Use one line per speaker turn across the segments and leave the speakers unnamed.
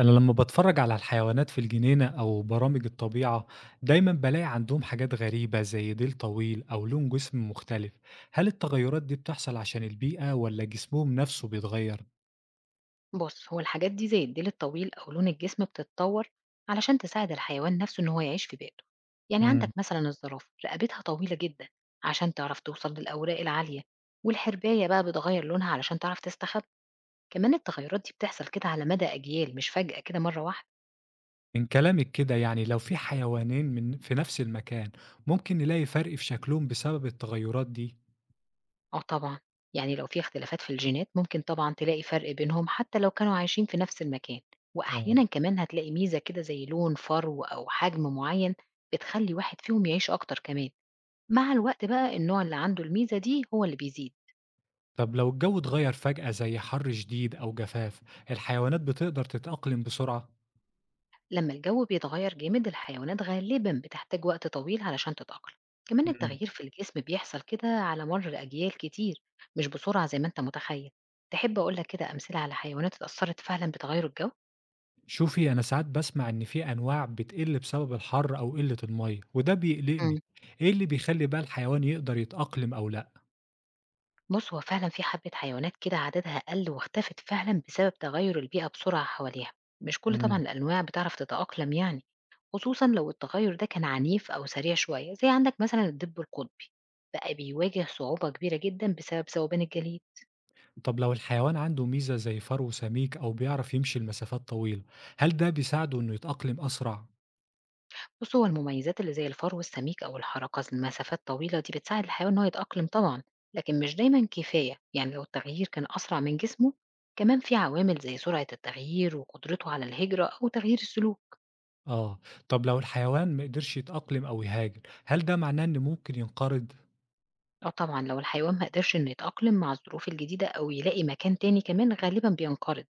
أنا لما باتفرج على الحيوانات في الجنينة أو برامج الطبيعة دايما بلاقي عندهم حاجات غريبة زي ديل طويل أو لون جسم مختلف، هل التغيرات دي بتحصل عشان البيئة ولا جسمهم نفسه بيتغير؟
بص هو الحاجات دي زي الديل الطويل أو لون الجسم بتتطور علشان تساعد الحيوان نفسه إن هو يعيش في بيئته. يعني عندك
مم.
مثلا الزرافة رقبتها طويلة جدا عشان تعرف توصل للأوراق العالية. والحرباية بقى بتغير لونها علشان تعرف تستخبى. كمان التغيرات دي بتحصل كده على مدى أجيال مش فجأة كده مرة واحدة.
من كلامك كده يعني لو في حيوانين من في نفس المكان ممكن نلاقي فرق في شكلهم بسبب التغيرات دي،
أو طبعا يعني لو في اختلافات في الجينات ممكن طبعا تلاقي فرق بينهم حتى لو كانوا عايشين في نفس المكان،
اه.
وأحيانا كمان هتلاقي ميزة كده زي لون فرو أو حجم معين بتخلي واحد فيهم يعيش أكتر كمان. مع الوقت بقى النوع اللي عنده الميزة دي هو اللي بيزيد.
طب لو الجو اتغير فجأة زي حر شديد أو جفاف، الحيوانات بتقدر تتأقلم بسرعة؟
لما الجو بيتغير جامد الحيوانات غالبا بتحتاج وقت طويل علشان تتأقلم. كمان
مم.
التغيير في الجسم بيحصل كده على مر أجيال كتير، مش بسرعة زي ما انت متخيل. تحب أقولك كده أمثلة على حيوانات اتأثرت فعلا بتغير الجو؟
شوفي أنا ساعات بسمع إن في أنواع بتقل بسبب الحر أو قلة المية وده
مم.
بيقلقني، إيه اللي بيخلي بقى الحيوان يقدر يتأقلم أو لأ؟
بُص، هو فعلًا في حبّة حيوانات كده عددها قَل واختفت فعلًا بسبب تغيُّر البيئة بسرعة حواليها، مش كل طبعًا
مم.
الأنواع بتعرف تتأقلم يعني، خصوصًا لو التغيُّر ده كان عنيف أو سريع شوية، زي عندك مثلًا الدِب القطبي، بقى بيواجه صعوبة كبيرة جدًا بسبب ذوبان الجليد.
طب لو الحيوان عنده ميزة زي فرو سميك أو بيعرف يمشي لمسافات طويلة، هل ده بيساعده إنه يتأقلم أسرع؟
بُص، هو المميزات اللي زي الفرو السميك أو الحركة لمسافات طويلة دي بتساعد الحيوان إن هو يتأقلم طبعًا، لكن مش دايمًا كفاية، يعني لو التغيير كان أسرع من جسمه، كمان في عوامل زي سرعة التغيير وقدرته على الهجرة أو تغيير السلوك.
آه، طب لو الحيوان مقدرش يتأقلم أو يهاجر، هل ده معناه إنه ممكن ينقرض؟
آه طبعًا، لو الحيوان ما قدرش إنه يتأقلم مع الظروف الجديدة أو يلاقي مكان تاني كمان، غالبًا بينقرض،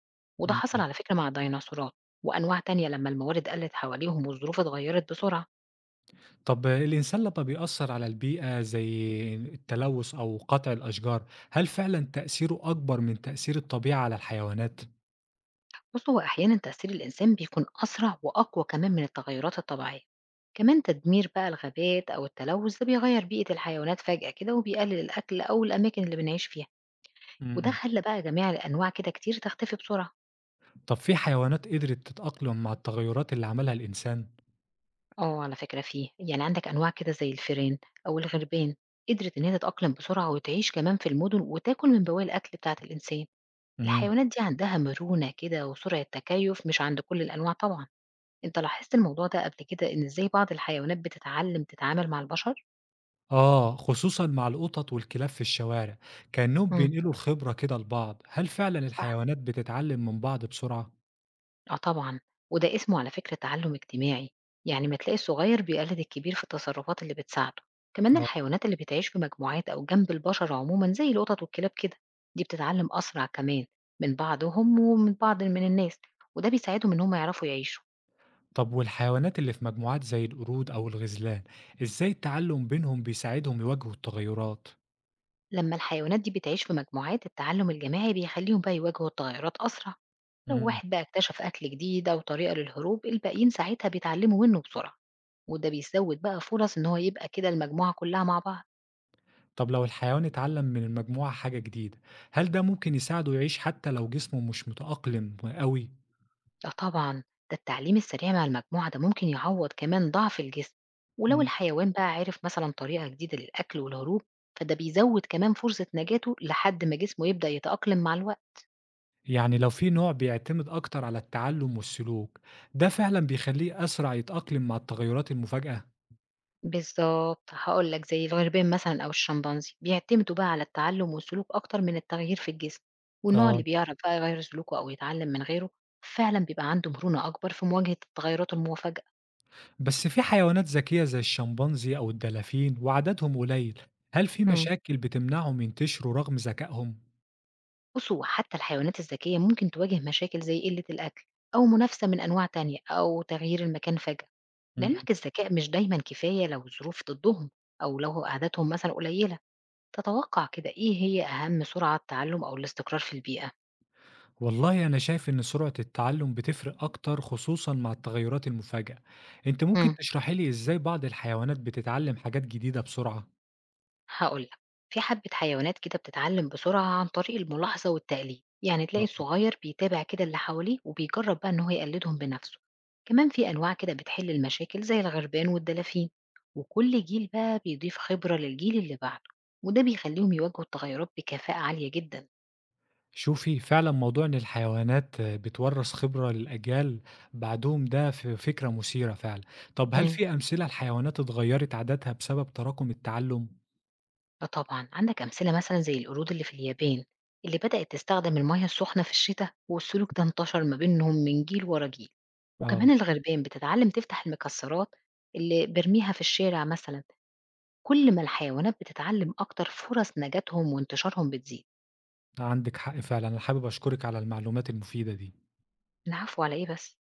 وده
مم.
حصل على فكرة مع الديناصورات وأنواع تانية لمّا الموارد قلت حواليهم والظروف اتغيرت بسرعة.
طب الإنسان لما بيأثر على البيئة زي التلوث أو قطع الأشجار، هل فعلا تأثيره أكبر من تأثير الطبيعة على الحيوانات؟
بُص، هو أحيانًا تأثير الإنسان بيكون أسرع وأقوى كمان من التغيرات الطبيعية. كمان تدمير بقى الغابات أو التلوث ده بيغير بيئة الحيوانات فجأة كده وبيقلل الأكل أو الأماكن اللي بنعيش فيها، وده
إمم.
خلى بقى جميع الأنواع كده كتير تختفي بسرعة.
طب في حيوانات قدرت تتأقلم مع التغيرات اللي عملها الإنسان؟
آه، على فكرة فيه، يعني عندك أنواع كده زي الفيران أو الغربان قدرت إن هي تتأقلم بسرعة وتعيش كمان في المدن وتاكل من بواقي الأكل بتاعة الإنسان،
إمم.
الحيوانات دي عندها مرونة كده وسرعة تكيف مش عند كل الأنواع طبعًا، أنت لاحظت الموضوع ده قبل كده إن إزاي بعض الحيوانات بتتعلم تتعامل مع البشر؟
آه، خصوصًا مع القطط والكلاب في الشوارع، كأنهم
امم
بينقلوا الخبرة كده لبعض، هل فعلًا
صح.
الحيوانات بتتعلم من بعض بسرعة؟
آه طبعًا، وده اسمه على فكرة تعلُّم اجتماعي، يعني ما تلاقي الصغير بيقلد الكبير في التصرفات اللي بتساعده، كمان
آه.
الحيوانات اللي بتعيش في مجموعات أو جنب البشر عمومًا زي القطط والكلاب كده، دي بتتعلم أسرع كمان من بعضهم ومن بعض من الناس، وده بيساعدهم إن هم يعرفوا يعيشوا،
طب والحيوانات اللي في مجموعات زي القرود أو الغزلان، إزاي التعلم بينهم بيساعدهم يواجهوا التغيرات؟
لمّا الحيوانات دي بتعيش في مجموعات التعلُّم الجماعي بيخلّيهم بقى يواجهوا التغيرات أسرع، لو
إمم.
واحد بقى اكتشف أكل جديد أو طريقة للهروب الباقيين ساعتها بيتعلموا منه بسرعة، وده بيزوّد بقى فرص إن هو يبقى كده المجموعة كلّها مع بعض.
طب لو الحيوان اتعلم من المجموعة حاجة جديدة، هل ده ممكن يساعده يعيش حتى لو جسمه مش متأقلم أوي؟
لا طبعًا، ده التعليم السريع مع المجموعة ده ممكن يعوّض كمان ضعف الجسم، ولو
إمم.
الحيوان بقى عرف مثلًا طريقة جديدة للأكل والهروب، فده بيزوّد كمان فرصة نجاته لحد ما جسمه يبدأ يتأقلم مع الوقت.
يعني لو في نوع بيعتمد أكتر على التعلم والسلوك، ده فعلًا بيخلّيه أسرع يتأقلم مع التغيرات المفاجئة.
بالضبط، هاقول لك زي الغربان مثلًا أو الشمبانزي، بيعتمدوا بقى على التعلم والسلوك أكتر من التغيير في الجسم، والنوع اللي
آه.
بيعرف بقى يغيّر سلوكه أو يتعلم من غيره، فعلًا بيبقى عنده مرونة أكبر في مواجهة التغيرات المفاجئة.
بس في حيوانات ذكية زي الشمبانزي أو الدلافين وعددهم قليل، هل في
إمم.
مشاكل بتمنعهم ينتشروا رغم ذكائهم؟
بصوا حتى الحيوانات الذكية ممكن تواجه مشاكل زي قلة الأكل أو منافسة من أنواع تانية أو تغيير المكان فجأة.
امم.
لعلمك الذكاء مش دايما كفاية لو الظروف ضدهم أو لو عاداتهم مثلا قليلة. تتوقع كده إيه هي أهم سرعة تعلم أو الاستقرار في البيئة؟
والله أنا شايف إن سرعة التعلم بتفرق أكتر خصوصًا مع التغيرات المفاجئة. أنتِ ممكن
مم.
تشرحي لي إزاي بعض الحيوانات بتتعلم حاجات جديدة بسرعة؟
هاقول لك، في حبة حيوانات كده بتتعلم بسرعة عن طريق الملاحظة والتقليد، يعني تلاقي الصغير بيتابع كده اللي حواليه وبيجرب بقى إن هو يقلدهم بنفسه، كمان في أنواع كده بتحل المشاكل زي الغربان والدلافين، وكل جيل بقى بيضيف خبرة للجيل اللي بعده، وده بيخليهم يواجهوا التغيرات بكفاءة عالية جدا.
شوفي فعلا موضوع ان الحيوانات بتورث خبرة للأجيال بعدهم ده فكرة مثيرة فعلا. طب هل في أمثلة لحيوانات اتغيرت عاداتها بسبب تراكم التعلم؟
آه طبعًا، عندك أمثلة مثلًا زي القرود اللي في اليابان، اللي بدأت تستخدم المَيَّة السخنة في الشتا والسلوك ده انتشر ما بينهم من جيل ورا جيل، وكمان
اه.
الغربان بتتعلم تفتح المكسرات اللي بيرميها في الشارع مثلًا، كل ما الحيوانات بتتعلم أكتر فرص نجاتهم وانتشارهم بتزيد.
عندك حق فعلا، انا حابب اشكرك على المعلومات المفيدة دي.
العفو على إيه بس.